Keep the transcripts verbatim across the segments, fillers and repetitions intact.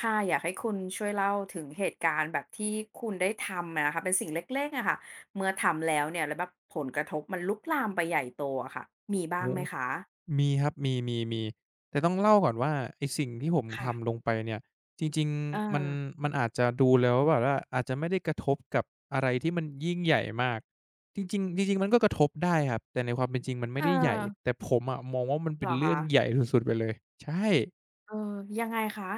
ค่ะอยากให้คุณช่วยเล่าถึงเหตุการณ์แบบที่คุณได้ทำอะนะคะเป็นสิ่งเล็กๆอะค่ะเมื่อทำแล้วเนี่ยแล้วแบบผลกระทบมันลุกลามไปใหญ่โตอะค่ะมีโอ้บ้าโฮงไหมคะมีครับมีมีมีแต่ต้องเล่าก่อนว่าไอ้สิ่งที่ผมทำลงค่ะไปเนี่ยจริงเออๆมันมันอาจจะดูแล้วแบบว่าอาจจะไม่ได้กระทบกับอะไรที่มันยิ่งใหญ่มากจริงๆจริงๆมันก็กระทบได้ครับแต่ในความเป็นจริงมันไม่เอได้ใหญ่อแต่ผมอะมองว่ามันเหเป็รนอเรื่อคะงใหญ่สุดๆไปเลยใช่ เออยังไงคะ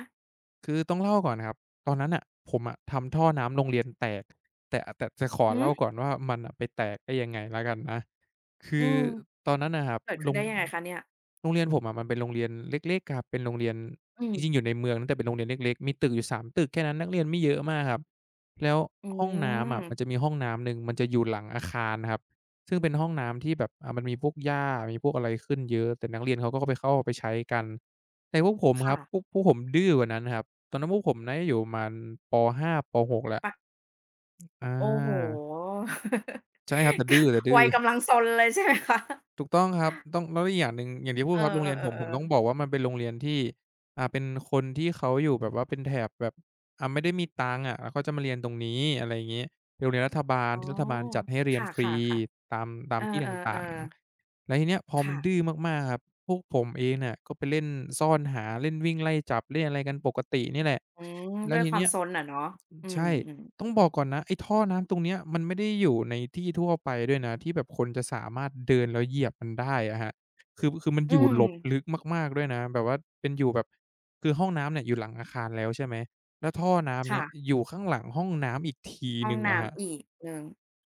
คือต้องเล่าก่อนนะครับตอนนั้นน่ะผมอะทำท่อน้ำโรงเรียนแตกแต่แต่จะขอหือเล่าก่อนว่ามันน่ะไปแตกได้ยังไงแล้วกันนะคือือมตอนนั้นน่ะครับเกิดโรขึ้นงได้ยังไงคะเนี่ยโรงเรียนผมอะมันเป็นโรงเรียนเล็กๆครับเป็นโรงเรียนอืจมริงๆอยู่ในเมืองนะแต่เป็นโรงเรียนเล็กๆมีตึกอยู่สามตึกแค่นั้นนักเรียนไม่เยอะมากครับแล้วอืห้องน้ำอะมันจะมมีห้องน้ำหนึ่งมันจะอยู่หลังอาคารครับซึ่งเป็นห้องน้ำที่แบบอ่ามันมีพวกหญ้ามีพวกอะไรขึ้นเยอะแต่นักเรียนเขาก็ไปเข้าไปใช้กันแต่พวกผมครัค่ะบพวกพวกผมดื้อกว่านั้นครับ ตอนนั้นพวกผมน่าจะอยู่ประมาณปห้าปหกแล้วปะอาโอ้โฮใช่ครับแต่ก็ ดื้อแต่ดื้ อวัยกำลังซนเลยใช่ไหมคะถูกต้องครับต้องแล้วอีกอย่างหนึ่งอย่างที่พูเอดอครับโรงเรียนผมผมต้องบๆๆอกว่ามันเป็นโรงเรียนที่อ่าเป็นคนที่เขาอยู่แบบว่าเป็นแถบแบบอ่าไม่ได้มีตังค์อะแล้วเขาจะมาเรียนตรงนี้อะไรอย่างงี้เป็นโรงเรียนรัฐบาลๆอ๋อที่รัฐบาลจัดให้เรียคนฟรี่ะๆตามๆตาเอมที่ตอ่างๆๆๆแล้วทีเนี้ยพอมันค่ะ ดื้อมากๆครับพวกผมเองเนี่ยก็ไปเล่นซ่อนหาเล่นวิ่งไล่จับเล่นอะไรกันปกตินี่แหละอืมแล้ด้ววยทีความเนี้ยซนอะเนาะอืใช่ มๆต้องบอกก่อนนะไอ้ท่อน้ำตรงเนี้ยมันไม่ได้อยู่ในที่ทั่วไปด้วยนะที่แบบคนจะสามารถเดินแล้วเหยียบมันได้อะครับคือคือมันอือยู่หลบลึมกมากๆด้วยนะแบบว่าเป็นอยู่แบบคือห้องน้ำเนี่ยอยู่หลังอาคารแล้วใช่ไหมแล้วท่อน้ำเนี่ยค่ะอยู่ข้างหลังห้องน้ำอีกทีห้หองนึ่งอะครับน้ำอีกหนึ่ง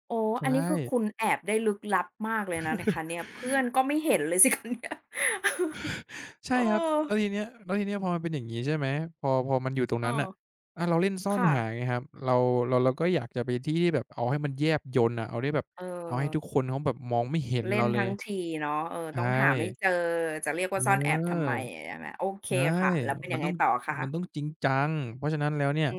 โอ้ใชอันนี้่คือคุณแอบได้ลึกลับมากเลยนะเนี่ยคะเนี่ยเพื่อนก็ไม่เห็นเลยสิคะ เนี่ยใช่เอครับอแล้วทีเนี้ยแล้วทีเนี้ยพอมันเป็นอย่างงี้ใช่ไหมพอพอมันอยู่ตรงเอนั้นอน่ะอาเราเล่นซ่อนค่ะหาไงครับเราเราเราก็อยากจะไปที่ที่แบบเอาให้มันแยบยลน่ะเอาได้แบบเออ เอาให้ทุกคนเขาแบบมองไม่เห็นเล่เรานเลยทั้งทีเนาะเออ ใชต้องหาไม่เจอ ่ จะเรียกเว่าซ่อนแอบทำออไมใช่ไหมโอเคใช่ค่ะ แล้วเป็นมัยันงไงต้องต่อคะมันต้องจริงจัง เพราะฉะนั้นแล้วเนี่ย อื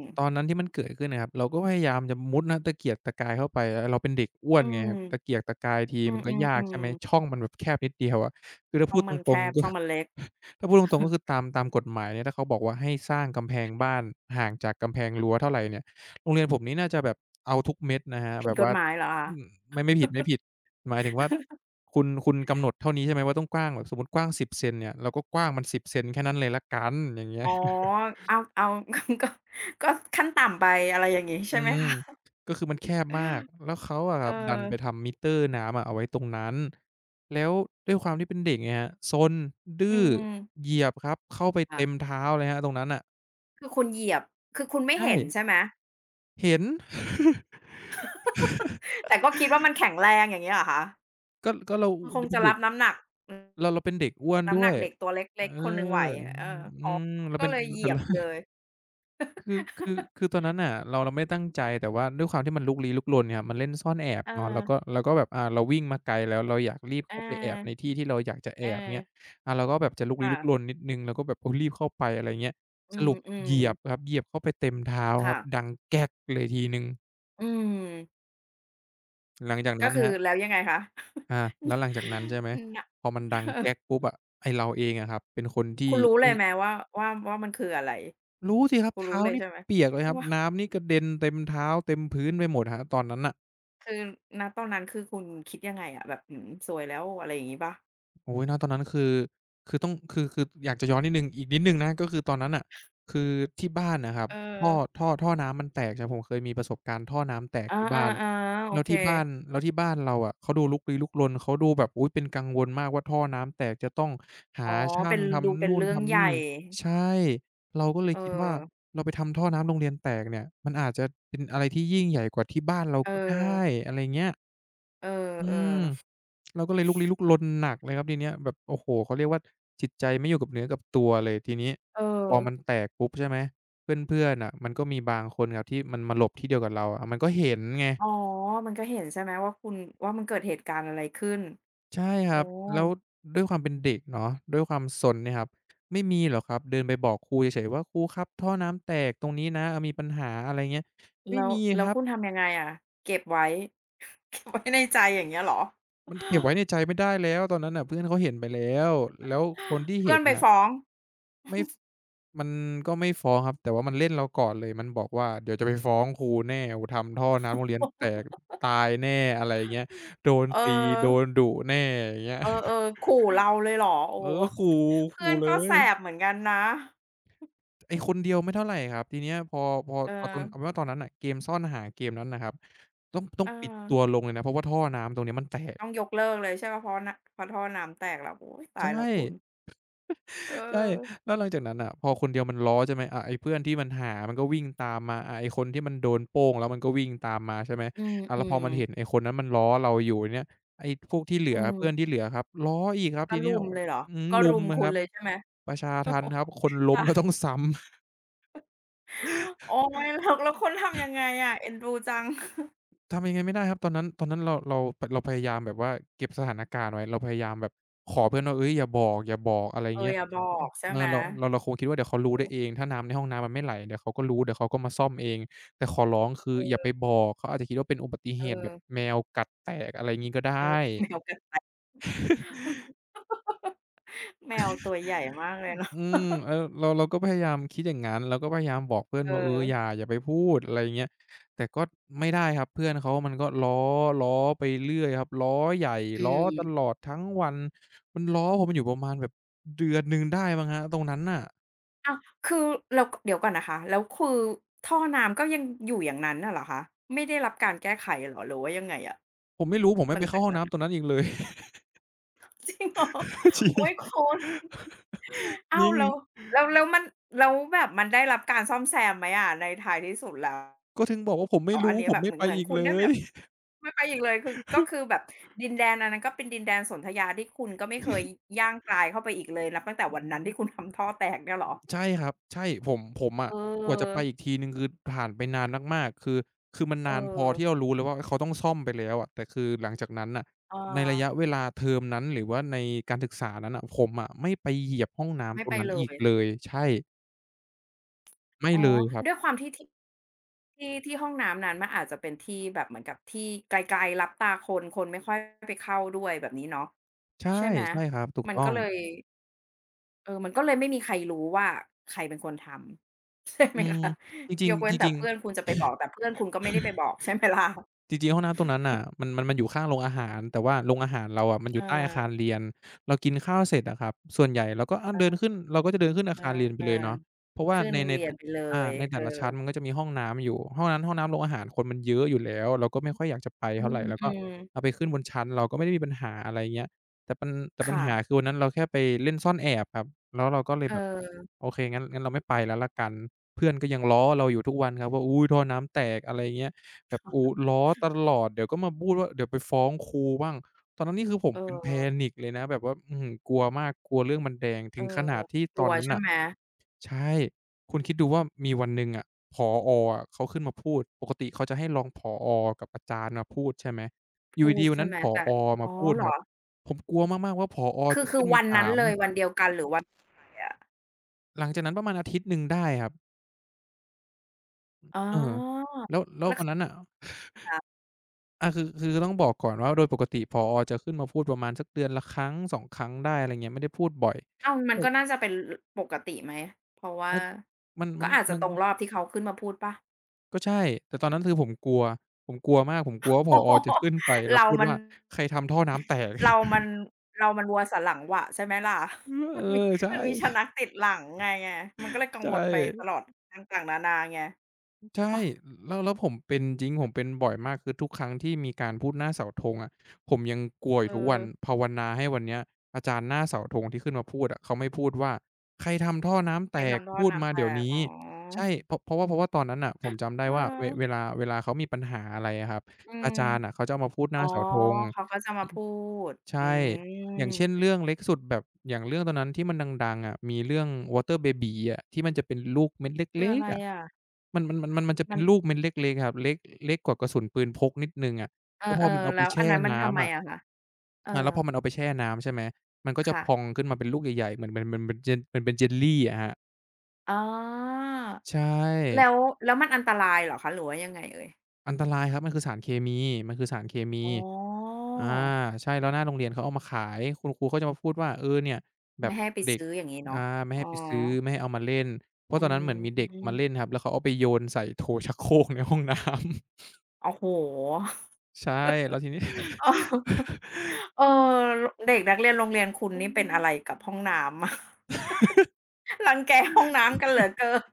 มตๆอนๆนั้นที่มันเกิดขึ้นน่ะครับเราก็พยายามจะมุดนะตะเกียกตะกายเข้าไปเออเราเป็นเด็กอ้วนอืไงมครับตะเกียกตะกายทีอืมันก็ยากอใช่ไหม ๆๆช่องมันแบบแคบนิดเดียวอะคือถ้าช่อพูงดตมันแครงบๆก็ ช่องมันเล็ก ถ้าพูดตรงๆก็ คือตามตามกฎหมายเนี่ยถ้าเขาบอกว่าให้สร้างกำแพงบ้านห่างจากกำแพงรั้วเท่าไรเนี่ยโรงเรียนผมนี่น่าจะแบบเอาทุกเม็ดนะครับผิแบดบกฎว่าหมายเหรอคะ อืมไม่ไม่ผิดๆหมายถึงว่า คุณคุณกำหนดเท่านี้ใช่ไหมว่าต้องกว้างแบบสมมุติกว้างสิศูนย์เซนเนี่ยเราก็กว้างมันสิบเซนแค่นั้นเลยแล้วกันอย่างเงี้อ๋ยอเอาเอา ก็ก็ขั้นต่ำไปอะไรอย่างงี้อืใช่ไหมมคะก็คือมันแคบมากแล้วเขาอะคเอรับดันไปอทำมิเตอร์น้ำอะเอาไว้ตรงนั้นแล้วด้วยความที่เป็นเด็กไงครับซนดื้อือเหมยียบครับเข้าไปค่ะเต็มเท้าเลยครับตรงนั้นน่ะคือคุณเหยียบคือคุณไม่ใช่เห็นใช่ไหมเห็น แต่ก็คิดว่ามันแข็งแรงอย่างงี้เหรอคะก็ก็เรามันคงเป็จะนเด็รักบน้ำหนักอืมเราเราเป็นเด็กอ้วนน้ำหด้นัวยกเด็กตัวเเอล็กๆคนหนึ่งไหวอเอออือ๋อมเราก็เป็นเลยเหแต่ยียบเรา ไปเลยคือคือคือตอนนั้นน่ะเราเราไม่ได้ตั้งใจแต่ว่าด้วยความที่มันลุกลี้ลุกลนเนี่ยมันเล่นซ่อนแอบเอเนาะแล้วก็อแล้วก็แบบอ่าเราวิ่งมาไกลแล้วเราอยากรีบอเข้าไปแอบในาที่ที่เราอยากจะแอเอบอเงี้ยอ่าเราก็แบบจะลุกลี้ค่ะลุกลนนิดหนึ่งเราก็แบบโอ้รีบเข้าไปอะไรเงี้ยอืสรุปเหมยียบคๆรับเหยียบเข้าไปเต็มเท้าครัค่ะบดังแก๊กเลยทีหนึ่งอืมหลังจากก็นั้นคือครัแล้บวยังไงคะอาแล้วหลังจากนั้นใช่ไหมน นะพอมันดังเออ แก๊กปุ๊บอะไอ้เราเองอะครับเป็นคนที่คุณรู้อเลยไหมว่าว่าว่ามันคืออะไรรู้สิครับคุณรู้เท้าเลยนี่ใช่ไหมเปียกเลยครับว่าน้ำนี่กระเด็นเต็มเท้าเต็มพื้นไปหมดครับตอนนั้นน่ะ คือณตอนนั้นคือคุณคิดยังไงอะแบบหือสวยแล้วอะไรอย่างงี้เปล่าโอ้ยณตอนนั้นคือคือต้องคือคืออยากจะย้อนนิดหนึ่งอีกนิดหนึ่งนะก็คือตอนนั้นน่ะคือที่บ้านน่ะครับเออท่อท่อท่อน้ำมันแตกใช่ผมเคยมีประสบการณ์ท่อน้ำแตกอาที่บ้านๆๆโอแล้วเคที่บ้านแล้วที่บ้านเราอะเขาดูลุกลี้ลุกลนเขาดูแบบอุ๊ยเป็นกังวลมากว่าท่อน้ำแตกจะต้องอ๋หาอช่าเป็งนดูทำเป็นนู่นเรื่องทำใหญ่นี่ใช่เราก็เลยเออคิดว่าเราไปทำท่อน้ำโรงเรียนแตกเนี่ยมันอาจจะเป็นอะไรที่ยิ่งใหญ่กว่าที่บ้านเราเอก็ได้ออะไรเงี้ย เอออืมๆเราก็เลยลุกลี้ลุกลนหนักเลยครับทีเนี้ยแบบโอ้โฮเขาเรียกว่าจิตใจไม่อยู่กับเนื้อกับตัวเลยทีนี้เออพอมันแตกปุ๊บใช่ไหมเพื่อนๆน่ะมันก็มีบางคนครับที่มันมาหลบที่เดียวกับเราอะมันก็เห็นไงอ๋อมันก็เห็นใช่ไหมว่าคุณว่ามันเกิดเหตุการณ์อะไรขึ้นใช่คโอ้รับแล้วด้วยความเป็นเด็กเนาะด้วยความซนเนี่ยครับไม่มีหรอกครับเดินไปบอกครูเฉยๆว่าครูครับท่อน้ำแตกตรงนี้นะเออมีปัญหาอะไรเงี้ยไม่แล้วมีแล้ควรับคุณทำยังไงอะเก็บไว้ เก็บไว้ในใจอย่างเงี้ยเหรอ มันเก็บไว้ในใจไม่ได้แล้วตอนนั้นน่ะเพื่อนเขาเห็นไปแล้วแล้วคน ที่เห็เพื่อนนไปน่ะฟ้องไม่ มันก็ไม่ฟ้องครับแต่ว่ามันเล่นเราก่อนเลยมันบอกว่าเดี๋ยวจะไปฟ้องครูแน่โอ้โฮทำท่อน้ำโรงเรียนแตกตายแน่อะไรอย่างเงี้ยโดนเออ ตีโดนดุแน่อย่างเงี้ย เออเอ อขู่เราเลยเหรอโอ้เออขู่เพื่อขู่นเลก็แสยบเหมือนกันนะไอ้อือคนเดียวไม่เท่าไรครับทีเนี้ยพอพอเอพอตออนเอาเป็นว่าตอนนั้นน่ะเกมซ่อนหาเกมนั้นน่ะครับต้องต้องเออปิดตัวลงเลยนะเพราะว่าท่อน้ำตรงเนี้ยมันแตกต้องยกเลิกเลยใช่เปล่าเพราะนเพราะท่อน้ำแตกแล้วโอ๊ยตายใช่ แล้วคุณเอใช่อแล้วหลังจากนั้นน่ะพอคนเดียวมันล้อใช่ไหมอ่าไอ้เพื่อนที่มันหามันก็วิ่งตามมาอ่าไอ้คนที่มันโดนโป้งแล้วมันก็วิ่งตามมาใช่ไหมอือ่าแล้วพอมมันเห็นไอ้ๆคนนั้นมันล้อเราอยู่เนี่ยไอ้พวกที่เหลือือเพื่อนที่มเหลือครับล้ออีกครับทีก็เนี้ยรุมเลยเหรออืมก็รุมรุมอะคคุรัณบเลยใช่ไหมประชาทัณฑ์ครับคนล้มเราต้ค่ะ องซ้ำ โอ๊ยแล้วแล้วคุณทำยังไงอะเอ็นดูจังทำยังไงไม่ได้ครับตอนนั้นตอนนั้นเราเราปเราพยายามแบบว่าเก็บสถานการณ์ไว้เราพยายามแบบขอเพื่อนว่าเฮ้ยอย่าบอกอย่าบอกอะไรอเอย่างอเงี้ยอย่าบอกใช่เอไหมอเราเราเราคงคิดว่าเดี๋ยวเขารู้เออได้เองถ้าน้ำในห้องน้ำมันไม่ไหลเดี๋ยวเขาก็รู้เดี๋ยวเขาก็มาซ่อมเองแต่ขอร้องคืออย่าไปเออบอกเขาอาจจะคิดว่าเป็นอุบัติเหเอตุแบบอแมวกัดแตกอะไรงี้ก็ได้ เออ แมวกัดแมวตัวใหญ่มากเลยเนาะอืมเออเราเราก็พยายามคิดอย่างงั้นเราก็พยายามบอกเพื่อนเอว่าเอออย่าออย่าไปพูดอะไรอย่างเงี้ยแต่ก็ไม่ได้ครับเพื่อนเขามันก็ล้อล้อไปเรื่อยครับล้อใหญ่อืล้อตลอม ดทั้งวันมันล้อผมอยู่ประมาณแบบเดือนหนึ่งได้มั้งครับตรงนั้นน่ะอ้าวคือเราเดี๋ยวก่อนนะคะแล้วคือท่อน้ำก็ยังอยู่อย่างนั้นน่ะเหรอคะไม่ได้รับการแก้ไขเหรอหรือว่ายังไงอะผมไม่รู้ผมหไม่ลัไปงเข้าจากห้องนั้น น้ำตรงนั้นอีกเลย จริงเหรอ จริโอ๊ยงคุณจอ้าริวงแล้วแล้วแล้วมันแล้วแบบมันได้รับการซ่อมแซมไหมอะในท้ายที่สุดแล้วก็ถึงบอกว่าผมไม่อัรู้นนี้ผมแบบไม่เหมือนไปเหมือนอีกคุณเลได้แบย บไม่ไปอีกเลยคือก็คือแบบดินแดนอันนั้นก็เป็นดินแดนสนธยาที่คุณก็ไม่เคยย่างกรายเข้าไปอีกเลยนับตั้งแต่วันนั้นที่คุณทำท่อแตกเนี่ยเหรอใช่ครับใช่ผมผมอะเออกว่าจะไปอีกทีหนึ่งคือผ่านไปนานมากๆคือคือมันเออนานพอที่เรารู้แล้วว่าเขาต้องซ่อมไปแล้วอะแต่คือหลังจากนั้นน่ะเออในระยะเวลาเทอมนั้นหรือว่าในการศึกษานั้นน่ะผมอะไม่ไปเหยียบห้องน้ำไม่ตรไปงนั้นเลอีกย เลยใช่ไม่อ๋อเลยครับด้วยความที่ที่ที่ที่ห้องน้ำนั้นมันอาจจะเป็นที่แบบเหมือนกับที่ไกลๆลับตาคนคนไม่ค่อยไปเข้าด้วยแบบนี้เนาะใช่ใช่ไหมใช่ครับถูกมันต้อก็งเลยเออมันก็เลยไม่มีใครรู้ว่าใครเป็นคนทำใช่อืไหมมคะจริยงกๆเว้จนแต่ริงๆ เพื่อนคุณจะไปบอกแต่เพื่อนคุณก็ไม่ได้ไปบอกใช่ไหมล่ะจริงๆห้องน้ำตรงนั้นน่ะมันมันมันอยู่ข้างโรงอาหารแต่ว่าโรงอาหารเราอะมันอเอยู่ใต้อาคารอเรียนเรากินข้าวเสร็จอะครับส่วนใหญ่เราก็อาเดินขึ้นเออเราก็จะเดินขึ้นอาเออคารเรียนไปเออเลยเนาะเพราะว่าขึ้นในในเรีตยนไปเลอายในเอแต่อละชั้นมันก็จะมีห้องน้ำอยู่ห้องนั้นห้องน้ำโรงอาหารคนมันเยอะอยู่แล้วเราก็ไม่ค่อยอยากจะไปอืเท่าไรเราก็เอามไปขึ้นบนชั้นเราก็ไม่ได้มีปัญหาอะไรเงี้ยแต่ปัญแต่ๆปัญค่ะหาคือวันนั้นเราแค่ไปเล่นซ่อนแอบครับแล้วเราก็เลยเอแบบอโอเคงั้นงั้นเราไม่ไปแล้วแล้วกันเพื่อนก็ยังล้อเราอยู่ทุกวันครับว่าอุ๊ยท่อน้ำแตกอะไรเงี้ย แบบโอ้ล้อตลอดเดี๋ยวก็มาพูดว่าเดี๋ยวไปฟ้องครูบ้างตอนนั้นนี่คือผมเอเป็น อ panic เลยนะแบบว่าอื้อฮือกลัวมากกลัวเรื่องมันแดงถึเอองขนาดที่กตอลันวนั้นใช่น่ะไหมใช่คุณคิดดูว่ามีวันหนึ่งอะผออะเขาขึ้นมาพูดปกติเขาจะให้รองผอกับอาจารย์มาพูดใช่ไหมอยู่พูดดีๆวันใช่นั้นไหมผอแต่มาอ๋อพูดเหรอ ครับผมกลัวมากๆว่าผอคือจะคือขึ้นมาวันถานั้นมเลยวันเดียวกันหรือวันไหนอะ หลังจากนั้นประมาณอาทิตย์หนึ่งได้ครับอ๋เอออแล้วแล้ววันนั้นน่ะ ค่ะอาคือคือต้องบอกก่อนว่าโดยปกติผอจะขึ้นมาพูดประมาณสักเดือนละครั้งสองครั้งได้อะไรเงี้ยไม่ได้พูดบ่อยอ้าวมันเฮ้ก็น่าจะเป็นลปกติไหมเพราะว่ามันมันมัก็นอาจจะมันตรงรอบที่เขาขึ้นมาพูดเปล่าก็ใช่แต่ตอนนั้นคือผมกลัวผมกลัวมากผมกลัวว่าผโอ้อโฮ จะขึ้นไปแล้วเราพูดมันว่าใครทำท่อน้ำแตก เรามั นเรามันวัวสันหลังหวะใช่ไหมล่ะ เอ มันมีอใช่มันมีชะนักติดหลังไงไงมันก็เลยกัใชงวลไปต่ ลอดต่างๆนานาไงใช่อ้อแล้วแล้วผมเป็นจริงผมเป็นบ่อยมากคือทุกครั้งที่มีการพูดหน้าเสาธงอะผมยังกลัวอเอยู่ทุกวัอนภาวนาให้วันเนี้ยอาจารย์หน้าเสาธงที่ขึ้นมาพูดอะเขาไม่พูดว่าใครทำท่อน้ำแตไปกทำท่อพูดมาน้ำแตเดี๋ยวกนี้อ๋อใช่เพราะเพราะว่าเพราะว่าตอนนั้นน่ะผมจำได้เอว่าเวอเวลาเวลาเขามีปัญหาอะไรอะครับอือาจารย์น่ะมเขาจะเอามาพูดหอ๋น้าอเสาธง เขาก็จะมาพูดอืใช่อย่าม งเช่นเรื่องเล็กสุดแบบอย่างเรื่องตอนนั้นที่มันดังๆอะมีเรื่อง Water Baby อะที่มันจะเป็นลูกเม็ดเคือล็อะกไรๆอะอะมันมันมันมันมันจะเป็มันนลูกเม็ดเล็กๆครับเล็กเล็กกว่ากระสุนปืนพกนิดหนึ่งอะเออแล้วพอมันเอาๆไปแล้วอันแช่นั้นมันทำไมน้ำอะอะคะเอออาแล้วพอมันเอาไปแช่น้ำใช่ไหมมันก็จะพองค่ะขึ้นมาเป็นลูกใหญ่ๆเหมือนเหมือนเหมือนเหมือนเจลเหมือนเป็นเจลลีอะครับอ๋อใช่ แล้วแล้วมันอันตรายเหรอคะหรือว่ายังไงเอ่ยอันตรายครับมันคือสารเคมีมันคือสารเคมีอ๋ออาใช่แล้วหน้าโรงเรียนเขาเอามาขายคุณครูเขาจะมาพูดว่าเออเนี่ยแบไม่บให้ไปเด็กซื้ออย่างงี้อาเนาะไม่ให้อ๋อไปซื้อไม่ให้เอามาเล่นเพราะอืตอนนั้นเหมือนมีเด็กมาเล่นมครับแล้วเขาเอาไปโยนใส่โถชักโครกในห้องน้ำ โอ้โฮใช่แล้วทีนี้เออเอออเด็กนักเรียนโรงเรียนคุณืนี่เป็นอะม ไรกับห้องน้ำอะ รังแกห้องน้ำกันเหลือเกิน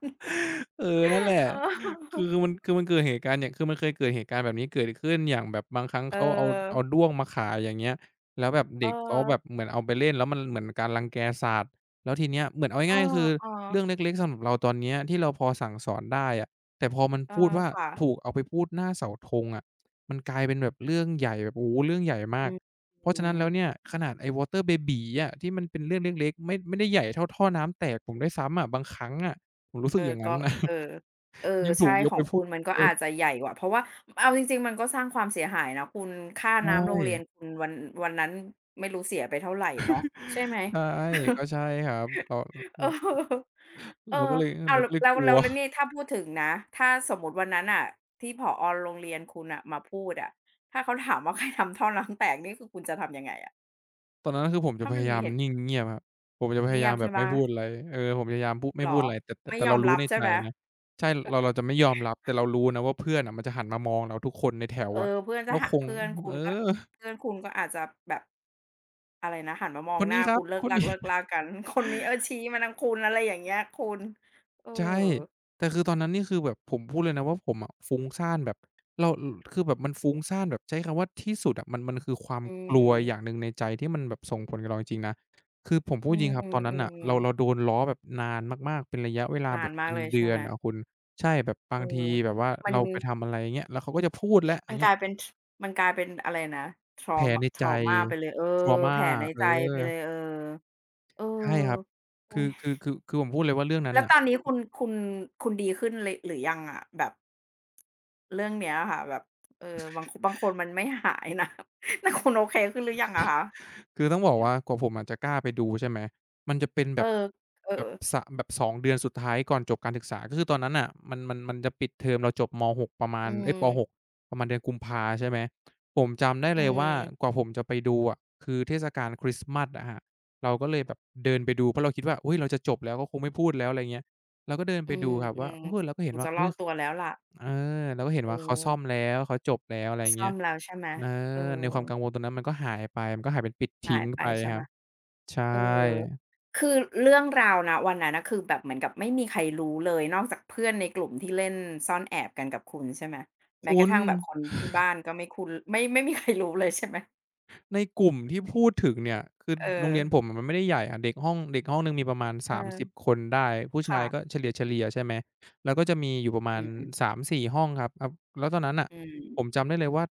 เออนั่นแหละเออคือคือมันคือมันเกิดเหตุการณ์เนี่ยคือมันเคยเกิดเหตุการณ์แบบนี้เกิดขึ้นอย่างแบบบางครั้งเเขาเอาเอาออด้วงมาขายอย่างเงี้ยแล้วแบบเออเด็กเขาแบบเหมือนเอาไปเล่นแล้วมันเหมือนการรังแกสัตว์แล้วทีเนี้ยเหมือนเอาเออง่ายๆคือเรื่องๆเล็กๆสำหรับเราตอนเนี้ยที่เราพอสั่งสอนได้อะแต่พอมันเออพูดว่าถูค่ะกเอาไปพูดหน้าเสาธงอะมันกลายเป็นแบบเรื่องใหญ่แบบโอ้โฮเรื่องใหญ่อืมากเพราะฉะนั้นม แล้วเนี่ยขนาดไอ้ water baby อะที่มันเป็นเรื่องเล็กๆไม่ไม่ได้ใหญ่เท่าท่อน้ำแตกผมด้วยซ้ำอะบางครั้งอะผมรู้สึเอกออย่างงั้ก็น นะ เออเออยังถูใช่กยกขอไปงพูคุด ณ มันก็อาจจะใหญ่กว่าเพราะว่าเอาจริงๆมันก็สร้างความเสียหายนะคุณค่าใชน้ำโรง่ เรียนคุณวันวันนั้นไม่รู้เสียไปเท่าไรเนาะใช่ไห ม ใช่ก็ใช่ ครับเราอเอออเอเราก็อเลยอ้าวเราแล้ก็วเลยแล้กวลัว แล้ว นี่ถ้าพูดถึงนะถ้าสมมุติวันนั้นน่ะที่ผอโรงเรียนคุณน่ะมาพูดอะถ้าเขาถามว่า ใครทำท่อน้ำแตกนี่คือคุณจะทำยังไงอะตอนนั้นคือผมจะถ้าพมันยามียามเหตุนิ่งเงียบครับผมจะพยาเงียายมบแบใช่บเปไม่ล่าพูดอะไรเออผมพยายามพูดไม่เหรพูดออะไรแต่แต่ไม่แต่ยอเรามรู้รับในใช่ใจไหม นะใช่เราเราจะไม่ยอมรับแต่เรารู้นะว่าเพื่อนอะมันจะหันมามองเราทุกคนในแถวเออะอเพื่อนจะก็หะคงเพื่อนเอคุอณก็เพื่อนคุณก็อาจจะแบบอะไรนะหันมามคองนหนี้น้าครัคุบณเลิคกนลันี้ กๆๆกัน คนนี้เออชี้มาทางคุณอะไรอย่างเงี้ยคุณเออใช่แต่คือตอนนั้นนี่คือแบบผมพูดเลยนะว่าผมอะฟุ้งซ่านแบบเราอคือแบบมันฟุ้งซ่านแบบใช้คำว่าที่สุดอะมันมันคือความอืกลัวมอย่างหนึ่งในใจที่มันแบบส่งผลกับเราจริงๆนะคือผมพูอืดจริงครับตอนนั้นน่ะมเราเราๆๆโดนล้อแบบนานมากๆเป็นระยะเวลานาแบนบมาเป็กนเลยเดืใช่อไหนมอะคุณใช่แบบบาเอองทีแบบว่ามันเราไปทำอะไรอย่างเงี้ยแล้วเขาก็จะพูดแล้วอมัย่านงกเงี้ยลายเป็นทมันกลายเป็นอะไรนะ แผล trauma ในใจ trauma ไปเลยเออ trauma แผลในเออใจไปเลยเออเออใช่ครับคืโอ๊อยคือคือคือผมพูดเลยว่าเรื่องนั้นแล้วน่ะ ตอนนี้คุณคุณคุณดีขึ้นเลยหรือยังอะแบบ เรื่องเนี้ยค่ะแบบเออบางคบางคนมันไม่หายนะ แต่คุณโอเคขึ้นหรือยังอะคะคือต้องบอกว่ากว่าผมอาจจะกล้าไปดูใช่ไหมมันจะเป็นแบเออบเออแบบสะแบบสองเดือนสุดท้ายก่อนจบการศึกษาก็คือตอนนั้นน่ะมันมันมันจะปิดเทอมเราจบมหกประมาอืณเอ๊ยปหกมประมาณเดือนกุมภาใช่ไหมผมจำได้อืเลยว่ากว่ามผมจะไปดูอะคือเทศกาลคริสต์มาสอะครับเราก็เลยแบบเดินไปดูเพราะเราคิดว่าอุ๊ยเราจะจบแล้วก็คงไม่พูดแล้วอะไรเงี้ยเราก็เดินอืไปมดูครับอืว่ามเออเราก็คเห็นงว่าจะรอเฮ้ย บตัวแล้วล่ะเออเราก็เห็นเอว่าเขาซ่อมอแล้วเขาจบแล้วอะไรอย่างซ่เงี้อยมแล้วใช่ไหมเออเออในความกังวลตรงนั้นมันก็หายไปมันก็หายเป็นปลิดหาทิ้งยไปไปใช่ครัเปบล่าใช่เออคือเรื่องราวณวันนั้นน่ะคือแบบเหมือนกับไม่มีใครรู้เลยนอกจากเพื่อนในกลุ่มที่เล่นซ่อนแอบกันกับคุณใช่ไหมแม้กคุระณ ทั่งแบบคนที่บ้านก็ไม่คุ้นไม่ไม่มีใครรู้เลยใช่ไหมในกลุ่มที่พูดถึงเนี่ยคือเอโรงอเรียนผมอะมันไม่ได้ใหญ่อะเด็กห้องเด็กห้องหนึ่งมีประมาณเออสามสิบคนได้ผู้ชาค่ะยก็เฉลี่ยๆใช่ไหมแล้วก็จะมีอยู่ประมาณอืมสามถึงสี่ห้องครับอับแล้วตอนนั้นน่ะอืผมม จำได้เลยว่า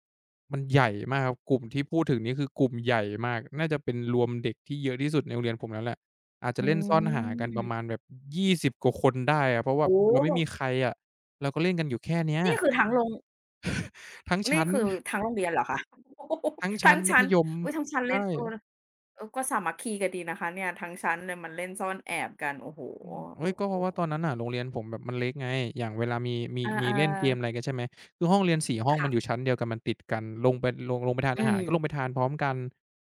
มันใหญ่มากครับกลุ่มที่พูดถึงนี่คือกลุ่มใหญ่มากน่าจะเป็นรวมเด็กที่เยอะที่สุดในโรงเรียนผมแล้วแหละอาจจะอืเล่นซ่อนหากันประมาณมแบบยี่สิบกว่าคนได้อะเพราะว่าโอ้เราโฮไม่มีใครอะเราก็เล่นกันอยู่แค่เนี้ยนี่คือทั้งโรงทั้งนี่ชั้นคือทั้งโรงเรียนเหรอคะโอ้โฮ ทั้ง ทั้ชั้นงมัธชั้นยมอุ๊ยทั้งชั้นเล่นใช่ เออเออก็สามัคคีกันดีนะคะเนี่ยทั้งชั้นเลยมาเล่นซ่อนแอบกันโอ้โฮโอ้เฮ้ยโฮก็เพราะว่าตอนนั้นน่ะโรงเรียนผมแบบมันเล็กไงอย่างเวลามีมีอมีเล่นเกมาอะไรกันใช่ไหมคือห้องเรียนสี่ห้อๆงมันอยู่ค่ะชั้นเดียวกันมันติดกัน ลงไปลงลงไปทานอือาหารก็ลงไปมทานพร้อมกัน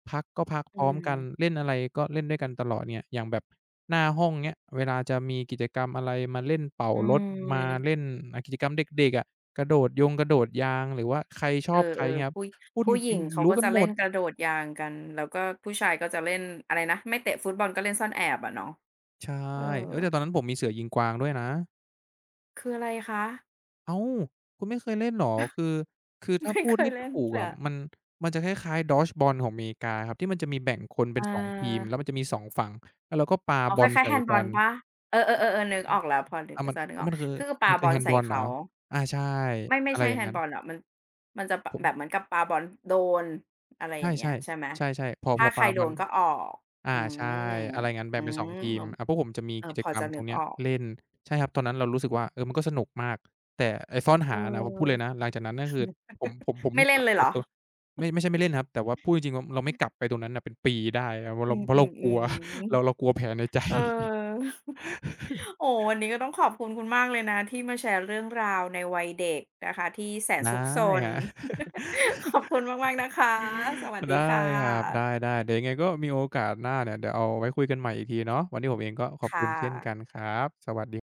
พักก็พักพอืร้อมกันมเล่นอะไรก็เล่นด้วยกันตลอดเนี่ย อย่างแบบหน้าห้องเงี้ยเวลาจะมีกิจกรรมอะไรมาเล่นเป่าอืรถมามเล่นอ่ากิจกรรมเด็กๆอะกระโดดยงกระโดดยางหรือว่าใครชอเออบใครเงี้ยคๆรับผู้พูดจผู้หริญิงงเขาๆรู้ก็กันจะหมเล่ดนกระโดดยางกันแล้วก็ผู้ชายก็จะเล่นอะไรนะไม่เตะฟุตบอลก็เล่นซ่อนแอบอะเนาะใช่เออเฮ้ยแต่ตอนนั้นผมมีเสือยิงกวางด้วยนะ คืออะไรคะ อ้าวคุณไม่เคยเล่นเหรอ คือ คือ ถ้าไม่พูดเคยให้เล่นถูกเลยอะอะมันมันจะคล้ายๆ Dodgeball ของอเมริกาครับที่มันจะมีแบ่งคนเป็นอา สองทีมแล้วมันจะมีสองฝั่งแล้วเราก็ปาอ๋อบคอลล้ายๆใส่แฮนด์บอกัลนเปล่าเออๆๆๆนึกออกแล้วพอนึกอามันจะนึกอ๋อออกมักนคือคือมัปานบคือ อลใส่ handball เหรอเขาอาใช่ ไม่ไม่อะไรใช่อย่าแฮงนงั้ด์น บอลหรอกมันมันจะผปะแบบเหมมือนกับปาบอลโดนอะไรใชอย่างเงี้่ยใช่ไหมๆใช่ๆพอพถ้าอใคปารบโดอล นก็ออกอาอืใช่มอะไรงั้นแบ่อืงเป็นสองมทีมเอออาพวกผมจะมีเออกิจพอกรรมจะตนึรงกเนี้อยอกเล่นใช่ครับตอนนั้นเรารู้สึกว่าเออมันก็สนุกมากแต่ไอ้ซ่อนเอหาน่ะผมพูดเลยนะอหลังจากนั้นก็คือผมผมผมไม่ไม่กเล่ลันบเลยไปเหรอตรงไม่ไม่ใช่ไม่เล่นครับแต่ว่าพูดจริงๆว่าเราไม่กลับไปตรงนั้นน่ะเป็นปีได้ครับเพราะเราเพราะเรากอืลัว ม เราเราๆกลัวแผลในใจ ๆเออ โอ้ โฮวันนี้ก็ต้องขอบคุณคุณมากเลยนะที่มาแชร์เรื่องราวในวัยเด็กนะคะที่แสนได้ซุกซคน รับ ขอบคุณมากๆนะคะส วัสดีได้ค่ครับไดะ ้ๆเดี๋ยวยังไงก็มีโอกาสหน้าเนี่ยเดี๋ยวเอาไว้คุยกันใหม่อีกทีเนาะวันนี้ผมเองก็ขอบคุค่ะณเช่นกันครับสวัสดี